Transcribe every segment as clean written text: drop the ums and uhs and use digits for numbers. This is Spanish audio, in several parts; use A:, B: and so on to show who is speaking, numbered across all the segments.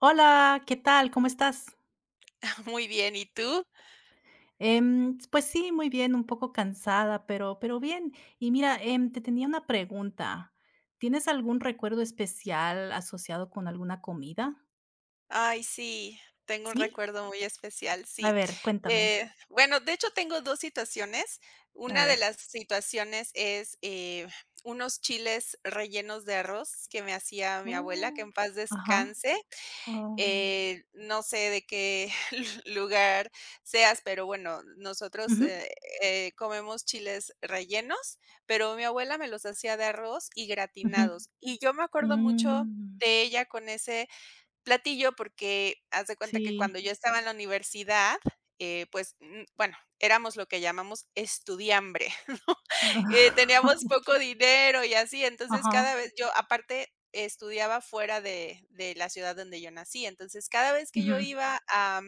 A: Hola, ¿qué tal? ¿Cómo estás?
B: Muy bien, ¿y tú?
A: Pues sí, muy bien, un poco cansada, pero bien. Y mira, te tenía una pregunta. ¿Tienes algún recuerdo especial asociado con alguna comida?
B: Ay, sí, tengo un
A: ¿Sí?
B: recuerdo muy especial,
A: A
B: sí.
A: ver, cuéntame.
B: Bueno, de hecho, tengo 2 situaciones.
A: A
B: Una de
A: ver.
B: las situaciones es, unos chiles rellenos de arroz que me hacía mi abuela, que
A: Oh,
B: en paz
A: ajá.
B: descanse.
A: Oh.
B: No sé de qué lugar seas, pero bueno, nosotros,
A: Ujú,
B: comemos chiles rellenos, pero mi abuela me los hacía de arroz y
A: ujú.
B: gratinados. Y yo me acuerdo mucho
A: Mm,
B: de ella con ese platillo, porque haz de cuenta que cuando
A: sí.
B: yo estaba en la universidad, bueno, éramos lo que llamamos estudiambre, ¿no?
A: No.
B: Teníamos poco dinero y así, entonces cada
A: Ajá.
B: vez yo aparte estudiaba fuera de la ciudad donde yo nací, entonces cada vez que
A: Ujú,
B: yo iba a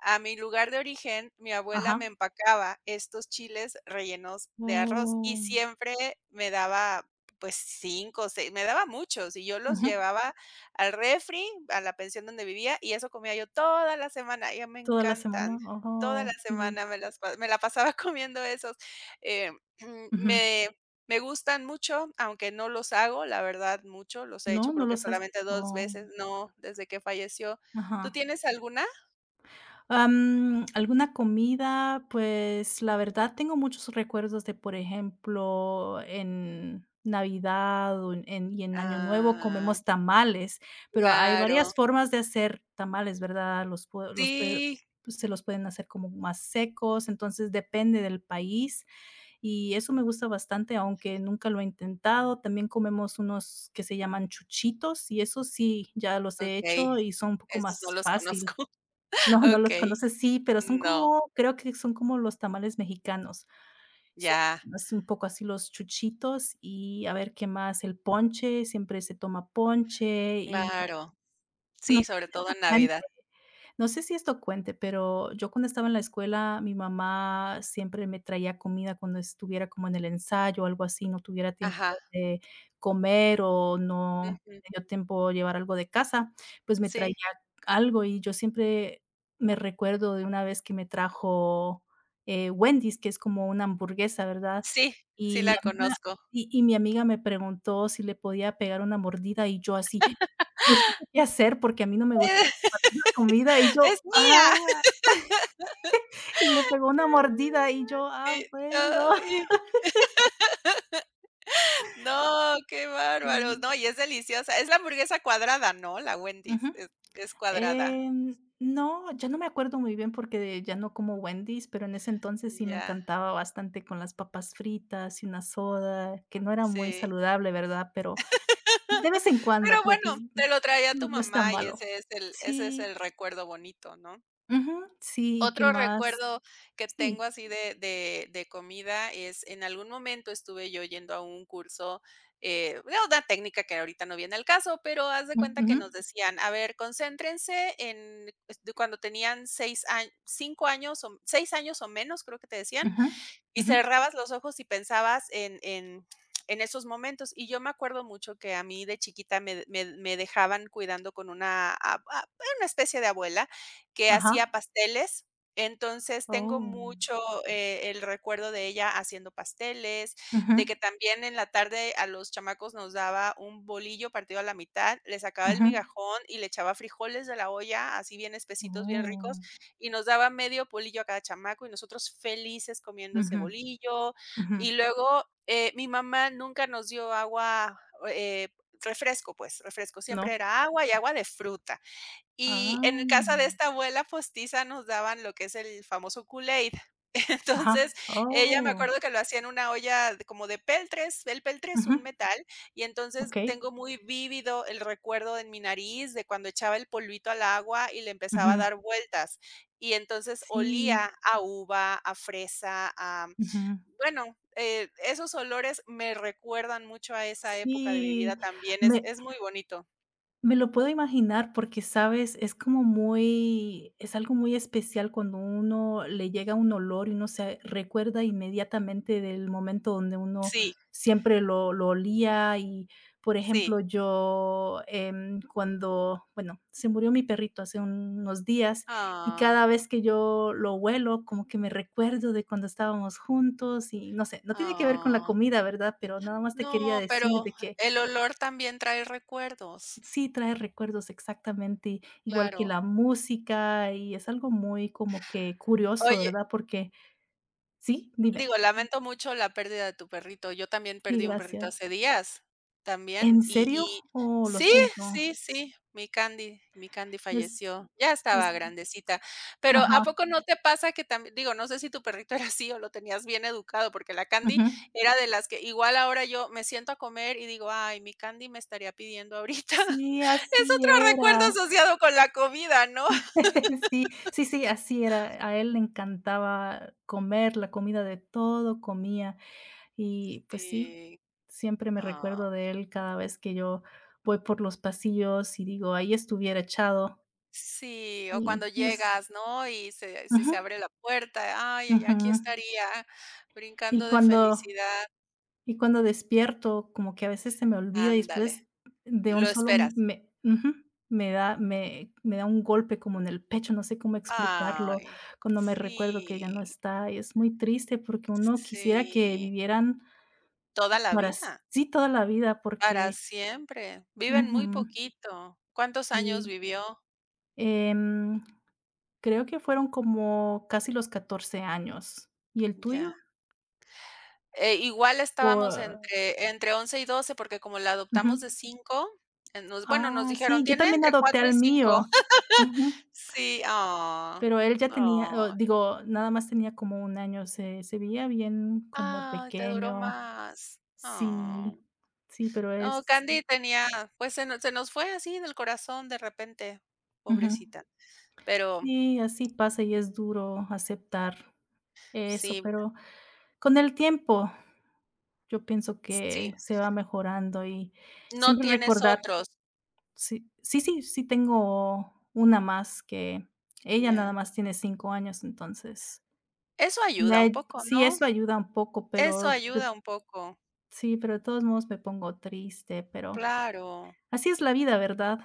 B: a mi lugar de origen, mi abuela
A: ajá.
B: me empacaba estos chiles rellenos de arroz y
A: Oh,
B: siempre me daba, pues 5, o 6, me daba muchos y yo los
A: ujú.
B: llevaba al refri, a la pensión donde vivía y eso comía yo toda la semana, ya me
A: Toda la
B: encantan.
A: semana.
B: Toda
A: Oh,
B: la
A: sí.
B: semana me las pa me la pasaba comiendo esos. Eh,
A: Ujú.
B: me me gustan mucho, aunque no los hago, la verdad, mucho, los he hecho
A: ¿No? ¿No
B: creo que
A: los hace?
B: solamente dos
A: Oh,
B: veces, no, desde que falleció. ¿Tú
A: ajá.
B: tienes alguna?
A: Alguna comida, pues, la verdad tengo muchos recuerdos de, por ejemplo, en Navidad o y en Año Nuevo
B: Ah,
A: comemos tamales, pero hay
B: claro.
A: varias formas de hacer tamales, ¿verdad? Los pue
B: Sí,
A: se los pueden hacer como más secos, entonces depende del país. Y eso me gusta bastante, aunque nunca lo he intentado. También comemos unos que se llaman chuchitos y eso sí, ya los he hecho
B: okey,
A: y son un poco
B: esos no
A: más
B: los
A: fácil.
B: conozco.
A: No, no los
B: Okey,
A: conoces, sí, pero son
B: no,
A: como creo que son como los tamales mexicanos. Son
B: ya,
A: es un poco así los chuchitos y a ver qué más, el ponche, siempre se toma ponche y
B: claro.
A: no
B: Sí,
A: sé
B: sobre
A: si
B: todo
A: esto
B: en
A: cuenta.
B: Navidad.
A: No sé si esto cuente, pero yo cuando estaba en la escuela, mi mamá siempre me traía comida cuando estuviera como en el ensayo o algo así, no tuviera tiempo
B: Ajá,
A: de comer o no
B: ujú.
A: me dio tiempo llevar algo de casa, pues me traía
B: Sí,
A: algo y yo siempre me recuerdo de una vez que me trajo, Wendy's, que es como una hamburguesa, ¿verdad?
B: sí, sí
A: Y mi
B: la
A: amiga
B: conozco.
A: y mi amiga me preguntó si le podía pegar una mordida y yo así, no sé qué hacer porque a mí no me gusta. Compartimos comida y
B: ¡Es
A: yo, ah,
B: mía!
A: y le pegó una mordida y yo, ah,
B: Y
A: bueno.
B: ay, no, qué bárbaro.
A: Sí.
B: No, y es deliciosa. Es la hamburguesa cuadrada, ¿no? La Wendy's,
A: Ujú.
B: es cuadrada.
A: No, ya no me acuerdo muy bien porque ya no como Wendy's, pero en ese entonces sí me
B: Ya,
A: encantaba bastante con las papas fritas y una soda, que no era muy
B: sí.
A: saludable, ¿verdad? Pero de vez en cuando
B: Pero
A: creo que
B: bueno,
A: es
B: te lo traía tu
A: no es tan
B: mamá y
A: malo.
B: ese es el ese es
A: Sí,
B: el recuerdo bonito, ¿no?
A: ujú, sí, ¿qué
B: Otro
A: más?
B: recuerdo que tengo
A: Sí,
B: así de comida es, en algún momento estuve yo yendo a un curso, de una técnica que ahorita no viene al caso, pero haz de
A: mm,
B: cuenta que
A: ujú,
B: nos decían: "A ver, concéntrense en", de cuando tenían 6 años 5 años o 6 años o menos, creo que te decían,
A: ujú,
B: y
A: ujú,
B: cerrabas los ojos y pensabas en esos momentos. Y yo me acuerdo mucho que a mí de chiquita me dejaban cuidando con una a una especie de abuela que hacía
A: ajá.
B: pasteles. Entonces, tengo
A: Oh,
B: mucho, el recuerdo de ella haciendo pasteles,
A: ujú,
B: de que también en la tarde a los chamacos nos daba un bolillo partido a la mitad, le sacaba el
A: ujú.
B: migajón y le echaba frijoles de la olla, así bien espesitos, bien ricos,
A: Oh,
B: y nos daba medio bolillo a cada chamaco y nosotros felices comiendo ese
A: ujú,
B: bolillo.
A: ujú,
B: Y luego, mi mamá nunca nos dio agua, eh, refresco, pues, refresco, siempre
A: no,
B: era agua y agua de fruta. Y en el
A: ah,
B: casa de esta abuela postiza nos daban lo que es el famoso Kool-Aid.
A: ajá,
B: Entonces, ella me
A: oh,
B: acuerdo que lo hacía en una olla de como de peltres. El peltre es
A: ujú,
B: un metal, y entonces
A: okey,
B: tengo muy vívido el recuerdo en mi nariz de cuando echaba el polvito al agua y le empezaba a
A: ujú,
B: dar vueltas. Y entonces
A: sí,
B: olía a uva, a fresa, a
A: ujú,
B: bueno, esos olores me recuerdan mucho a esa época de mi vida
A: sí,
B: también, es
A: me
B: es muy bonito.
A: Me lo puedo imaginar porque, ¿sabes? Es como muy es algo muy especial cuando uno le llega un olor y uno se recuerda inmediatamente del momento donde uno
B: Sí,
A: siempre lo olía y, por
B: sí.
A: ejemplo, yo, cuando, bueno, se murió mi perrito hace unos días y
B: Ah.
A: cada vez que yo lo huelo, como que me recuerdo de cuando estábamos juntos y no sé, no tiene que ver con la
B: Ah,
A: comida, ¿verdad? Pero nada más te quería
B: no, pero
A: decir de que
B: el olor también trae recuerdos,
A: sí, trae recuerdos exactamente, igual que
B: claro.
A: la música, y es algo muy como que curioso,
B: Oye,
A: ¿verdad? Porque sí, dime.
B: digo, lamento mucho la pérdida de tu perrito. Yo también
A: Sí,
B: perdí un perrito
A: gracias.
B: hace días, también.
A: ¿En
B: Y,
A: serio?
B: y
A: Oh, lo
B: sí,
A: siento.
B: sí, sí, mi Candy
A: Es
B: falleció. Ya estaba
A: es
B: grandecita. Pero ¿a
A: ajá,
B: poco no te pasa que también, digo, no sé si tu perrito era así o lo tenías bien educado, porque la Candy
A: ujú.
B: era de las que igual ahora yo me siento a comer y digo, ay, mi Candy me estaría pidiendo ahorita.
A: Sí,
B: Es
A: así
B: otro
A: era.
B: recuerdo asociado con la comida, ¿no?
A: Sí, sí, sí, así era. A él le encantaba comer la comida de todo comía. Y pues sí,
B: Sí.
A: siempre me
B: Ah,
A: recuerdo de él cada vez que yo voy por los pasillos y digo: "Ahí estuviera echado".
B: sí, o
A: Y
B: cuando
A: es
B: llegas, ¿no? Y se si se
A: ujú,
B: abre la puerta, ay, ay,
A: ujú.
B: aquí estaría
A: Y
B: brincando de
A: cuando
B: felicidad.
A: y cuando despierto, como que a veces se me olvida y
B: Ándale,
A: después de un
B: lo
A: solo
B: esperas.
A: me ujú, me da un golpe como en el pecho, no sé cómo explicarlo,
B: Ay,
A: cuando me recuerdo que ella no
B: sí,
A: está, y es muy triste porque uno quisiera que
B: sí,
A: vivieran
B: toda la
A: para
B: vida,
A: sí toda la vida
B: para
A: porque
B: siempre. Viven
A: ujú,
B: muy poquito. ¿Cuántos
A: sí.
B: años vivió?
A: Em, Creo que fueron como casi los 14 años. ¿Y el
B: Ya.
A: tuyo?
B: Igual estábamos
A: O
B: entre 11 y 12 porque como la
A: ujú.
B: adoptamos de 5 nos bueno, nos
A: Ah,
B: dijeron:
A: sí, yo
B: "Tiene
A: también
B: entre
A: adopté
B: 4 y
A: al
B: 5
A: mío. Ujú.
B: Sí, ah,
A: Pero él ya tenía,
B: no.
A: o digo, nada más tenía como un año, se veía bien como
B: Ay, te duró
A: pequeño.
B: más. Ah.
A: Sí, sí, pero
B: No,
A: es
B: Candy tenía, pues, se nos fue así del corazón de repente,
A: ujú.
B: pobrecita. Pero
A: Sí, así pasa y es duro aceptar eso,
B: sí,
A: pero con el tiempo yo pienso que
B: sí,
A: se va mejorando y
B: no
A: siempre
B: tienes
A: recordar
B: otros.
A: sí, sí, sí, sí tengo una más que ella nada
B: Ya.
A: más tiene 5 años, entonces,
B: Eso
A: me
B: ayuda un
A: ay
B: poco,
A: sí,
B: ¿no?
A: eso ayuda un poco,
B: Eso
A: pero de
B: ayuda un poco.
A: sí, pero de todos modos me pongo triste, pero
B: Claro.
A: así es la vida, ¿verdad?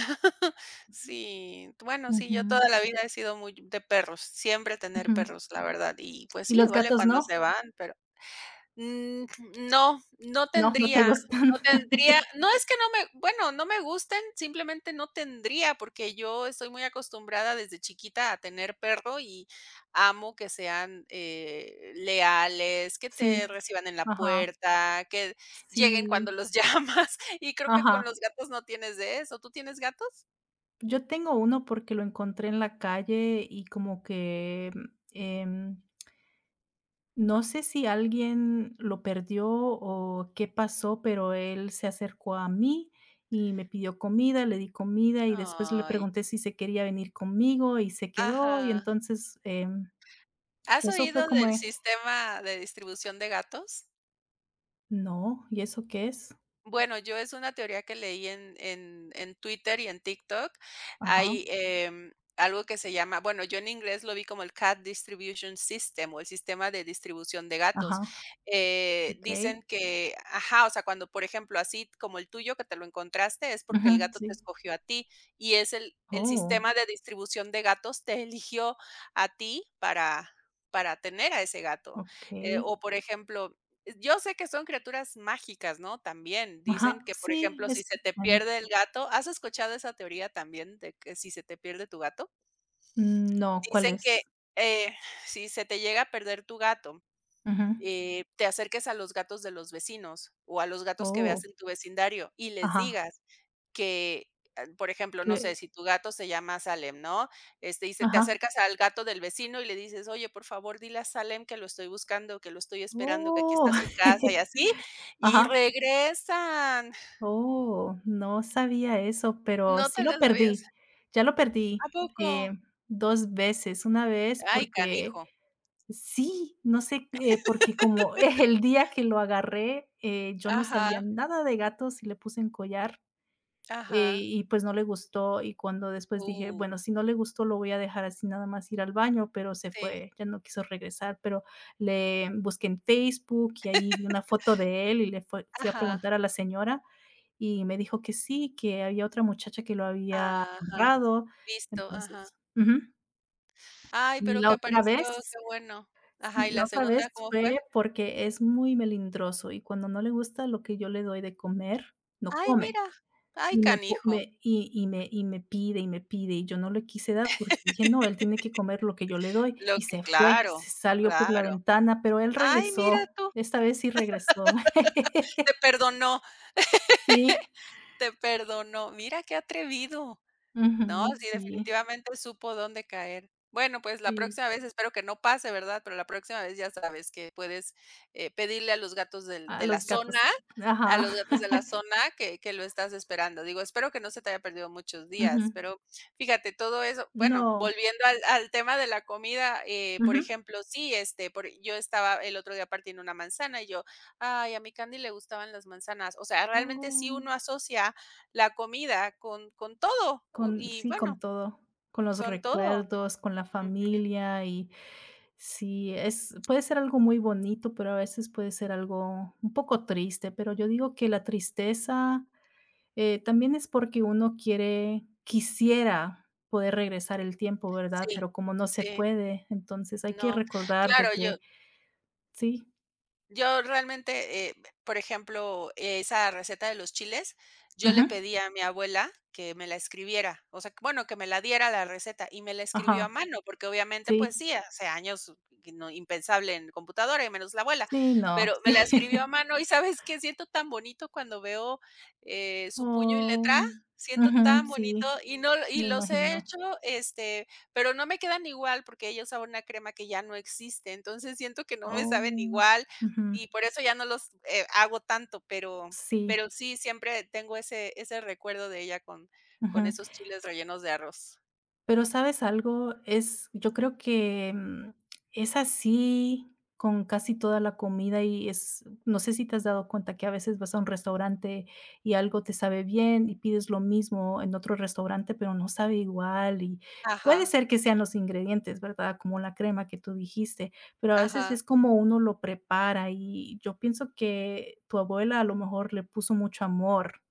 B: Sí, bueno, sí, yo
A: Ujú,
B: toda la vida he sido muy de perros, siempre tener
A: ujú.
B: perros, la verdad. Y pues
A: ¿Y
B: sí,
A: los
B: duele
A: gatos
B: cuando
A: no?
B: se van, pero mm, no, no
A: No, no
B: tendría,
A: te gustan.
B: no tendría, no es que no me, bueno, no me gusten, simplemente no tendría, porque yo estoy muy acostumbrada desde chiquita a tener perro y amo que sean leales, que te
A: Sí,
B: reciban en la
A: ajá,
B: puerta, que lleguen cuando
A: sí,
B: los llamas. Y creo que con
A: ajá.
B: los gatos no tienes de eso. ¿Tú tienes gatos?
A: Yo tengo uno porque lo encontré en la calle y como que, em no sé si alguien lo perdió o qué pasó, pero él se acercó a mí y me pidió comida, le di comida y después le
B: Ay,
A: pregunté si se quería venir conmigo y se quedó. Y
B: ajá.
A: entonces,
B: ¿Has
A: eso
B: oído
A: fue como
B: del
A: de,
B: sistema de distribución de gatos?
A: no, ¿y eso qué es?
B: Bueno, yo es una teoría que leí en Twitter y en TikTok.
A: Ajá,
B: Hay, algo que se llama bueno, yo en inglés lo vi como el Cat Distribution System, o el sistema de distribución de gatos.
A: ajá,
B: Dicen
A: okey.
B: que ajá, o sea, cuando, por ejemplo, así como el tuyo que te lo encontraste, es porque el
A: Ujú,
B: gato te
A: sí.
B: escogió a ti, y es el
A: Oh,
B: sistema de distribución de gatos te eligió a ti para tener a ese gato.
A: okey.
B: O, por ejemplo, yo sé que son criaturas mágicas, ¿no? También
A: Ajá,
B: dicen que, por
A: sí,
B: ejemplo, si
A: es
B: se te
A: mexicano.
B: pierde el gato, ¿has escuchado esa teoría también de que si se te pierde tu gato?
A: Mm, no, ¿cuál
B: Dicen
A: es?
B: que, eh, si se te llega a perder tu gato,
A: Ujú.
B: te acerques a los gatos de los vecinos o a los gatos que veas
A: Oh,
B: en tu vecindario y les
A: ajá,
B: digas que, por ejemplo, no sé,
A: qué
B: si tu gato se llama Salem, ¿no? Y se te
A: ajá.
B: acercas al gato del vecino y le dices: "Oye, por favor, dile a Salem que lo estoy buscando, que lo estoy esperando, que aquí está
A: Oh.
B: su casa", y así, y
A: Ajá.
B: regresan.
A: Oh, no sabía eso, pero
B: No te
A: sí lo
B: las sabías.
A: perdí. Ya lo perdí,
B: ¿A poco?
A: eh, 2 veces. Una vez
B: Ay,
A: porque
B: canijo.
A: sí, no sé, porque como el día que lo agarré, yo no
B: Ajá,
A: sabía nada de gatos y le puse un collar,
B: ajá.
A: y pues no le gustó, y cuando después dije:
B: Uh,
A: "Bueno, si no le gustó, lo voy a dejar así nada más ir al baño", pero se
B: sí.
A: fue, ya no quiso regresar, pero le busqué en Facebook y ahí vi una foto de él y le fue fui a preguntar
B: Ajá,
A: a la señora y me dijo que sí, que había otra muchacha que lo había
B: ajá.
A: borrado,
B: Listo, ajá.
A: entonces ujú.
B: Ay,
A: Y
B: pero que
A: la otra
B: apareció, qué
A: vez
B: bueno. Ajá,
A: sí,
B: ¿y
A: la
B: la
A: otra vez
B: segunda cómo
A: fue
B: fue?
A: porque es muy melindroso, y cuando no le gusta lo que yo le doy de comer, no
B: Ay,
A: come.
B: mira.
A: Y
B: Ay,
A: me po
B: canijo.
A: me y y me y me pide, y yo no le quise dar porque dije: "No, él tiene que comer lo que yo le doy",
B: Lo
A: y
B: que
A: se fue,
B: Claro,
A: se salió por la
B: claro.
A: ventana, pero él
B: Ay, mira
A: regresó,
B: tú,
A: esta vez sí regresó.
B: te perdonó,
A: Sí.
B: te perdonó. Mira qué atrevido. No,
A: Ujú,
B: sí,
A: sí,
B: definitivamente supo dónde caer. Bueno, pues la
A: sí.
B: próxima vez espero que no pase, ¿verdad? Pero la próxima vez ya sabes que puedes, pedirle
A: A los gatos. Ajá.
B: a los gatos de la zona que lo estás esperando. Digo, espero que no se te haya perdido muchos días,
A: Ujú.
B: pero fíjate, todo eso bueno,
A: No.
B: volviendo al tema de la comida, por
A: Ujú.
B: ejemplo, sí, este, por yo estaba el otro día partiendo una manzana y yo: "Ay, a mi Candy le gustaban las manzanas". O sea, realmente sí
A: Oh.
B: uno asocia la comida con todo, u
A: Con
B: y
A: sí,
B: bueno,
A: con todo, con los
B: con todo.
A: recuerdos, con la
B: Ujú.
A: familia y sí, es puede ser algo muy bonito, pero a veces puede ser algo un poco triste, pero yo digo que la tristeza, también es porque uno quiere quisiera poder regresar el tiempo, ¿verdad?
B: Sí,
A: Pero como no se
B: sí,
A: puede, entonces hay que
B: no.
A: recordar
B: Claro,
A: de
B: yo
A: que sí.
B: Yo realmente, por ejemplo, esa receta de los chiles, yo le
A: Ujú.
B: pedí a mi abuela que me la escribiera, o sea, bueno, que me la diera la receta y me la escribió a
A: Ajá.
B: Sí. mano, porque obviamente,
A: Sí.
B: pues sí, hace años que no impensable en computadora y menos la abuela,
A: Sí, no,
B: pero me
A: sí.
B: la escribió a mano y ¿sabes qué? Siento tan bonito cuando veo, su puño y letra,
A: Oh,
B: siento
A: ujú,
B: tan bonito
A: sí,
B: y no y
A: me
B: los he
A: imagino.
B: hecho, este, pero no me quedan igual porque ella usaba una crema que ya no existe, entonces siento que no me saben
A: Oh,
B: igual.
A: ujú,
B: Y por eso ya no los, hago tanto, pero
A: sí,
B: pero sí, siempre tengo ese recuerdo de ella con
A: ujú.
B: esos chiles rellenos de arroz.
A: Pero, ¿sabes algo? Es yo creo que, es así con casi toda la comida y es no sé si te has dado cuenta que a veces vas a un restaurante y algo te sabe bien y pides lo mismo en otro restaurante, pero no sabe igual y puede
B: Ajá,
A: ser que sean los ingredientes, ¿verdad? Como la crema que tú dijiste, pero a veces
B: ajá,
A: es como uno lo prepara y yo pienso que tu abuela a lo mejor le puso mucho amor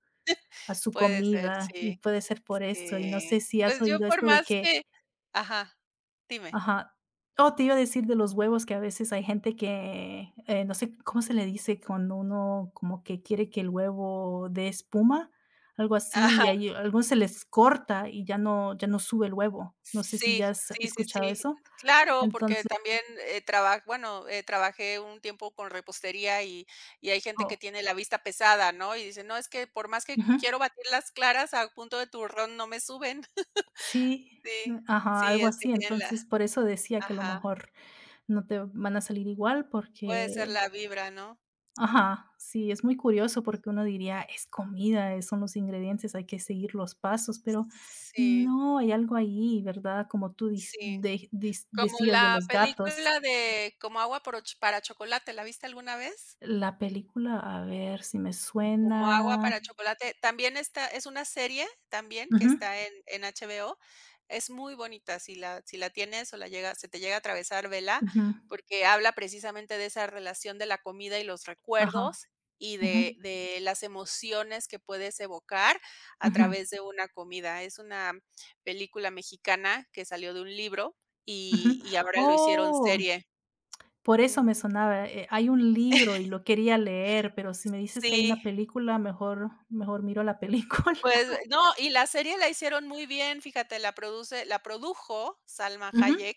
A: a su
B: puede ser,
A: comida
B: sí,
A: y puede ser por eso, y no sé
B: sí.
A: si has
B: Pues yo
A: oído
B: por
A: esto de
B: más
A: que
B: que ajá, dime.
A: ajá. Oh, te iba a decir de los huevos que a veces hay gente que, no sé cómo se le dice cuando uno como que quiere que el huevo dé espuma, algo así,
B: Ajá,
A: y hay algunos se les corta y ya no sube el huevo. No sé si
B: sí,
A: ya has
B: sí, sí,
A: escuchado
B: sí.
A: eso.
B: Claro, porque
A: Entonces
B: también, trabajé un tiempo con repostería y hay gente
A: oh,
B: que tiene la vista pesada, ¿no? Y dice: "No, es que por más que
A: ujú.
B: quiero batir las claras a punto de turrón no me suben".
A: Sí,
B: Sí,
A: ajá,
B: sí,
A: algo
B: es que
A: así.
B: tienen la
A: Entonces, por eso decía que a lo
B: ajá,
A: mejor no te van a salir igual
B: puede ser
A: porque
B: la vibra, ¿no?
A: ajá, sí, es muy curioso porque uno diría, es comida, son los ingredientes, hay que seguir los pasos, pero
B: Sí,
A: no, hay algo ahí, ¿verdad? Como tú
B: sí, como
A: decías de
B: la
A: los gatos.
B: película de Como agua por och para chocolate, ¿la viste alguna vez?
A: La película, a ver si me
B: Como agua
A: suena.
B: para chocolate. También está es una serie también que
A: Ujú,
B: está en HBO. Es muy bonita, si la tienes o la llega se te llega a atravesar, vela,
A: ujú,
B: porque habla precisamente de esa relación de la comida y los
A: ajá,
B: recuerdos, y de
A: ujú,
B: de las emociones que puedes evocar a
A: ujú,
B: través de una comida. Es una película mexicana que salió de un libro y
A: ujú.
B: y ahora lo hicieron
A: Oh,
B: serie.
A: por eso me
B: Ujú.
A: sonaba. Hay un libro y lo quería leer, pero si me dices que hay
B: Sí.
A: una película, mejor, mejor miro la película.
B: Pues no, y la serie la hicieron muy bien, fíjate, la produjo Salma
A: Ujú,
B: Hayek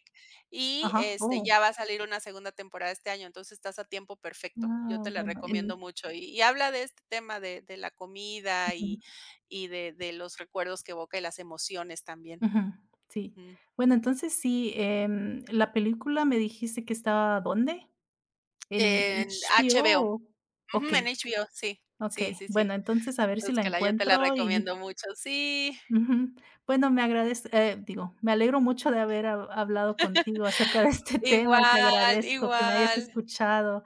B: y,
A: ajá, oh.
B: ya va a salir una segunda temporada este año, entonces estás a tiempo perfecto. Yo
A: Ah,
B: te la
A: bueno,
B: recomiendo
A: en
B: mucho, y habla de este tema de la comida
A: ujú,
B: y de los recuerdos que evoca y las emociones también.
A: ujú, sí.
B: Ujú.
A: Bueno, entonces sí, la película me dijiste que estaba, ¿dónde? ¿En
B: En HBO,
A: HBO? ¿O?
B: ujú, en
A: Okey,
B: HBO, sí, sí,
A: okey.
B: sí,
A: Bueno,
B: sí.
A: entonces a ver si la
B: Búscala, yo te la
A: encuentro y
B: recomiendo mucho. Sí,
A: ujú. Bueno, me agradez digo, me alegro mucho de haber ha hablado contigo acerca de este tema y te
B: igual,
A: agradezco que me hayas
B: igual.
A: escuchado.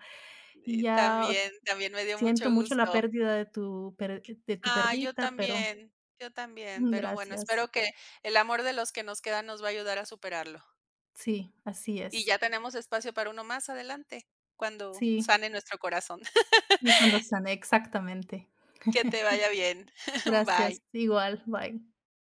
A: Y ya o
B: También me dio
A: siento
B: mucho
A: mucho la
B: gusto.
A: pérdida de tu
B: Ah,
A: perrita, pero
B: yo también, pero bueno, espero
A: gracias.
B: que el amor de los que nos quedan nos va a ayudar a superarlo.
A: Sí, así
B: Y
A: es.
B: ya tenemos espacio para uno más adelante, cuando
A: Sí,
B: sane nuestro corazón.
A: sí, cuando sane exactamente.
B: Que te vaya bien.
A: Gracias,
B: Bye.
A: igual, bye.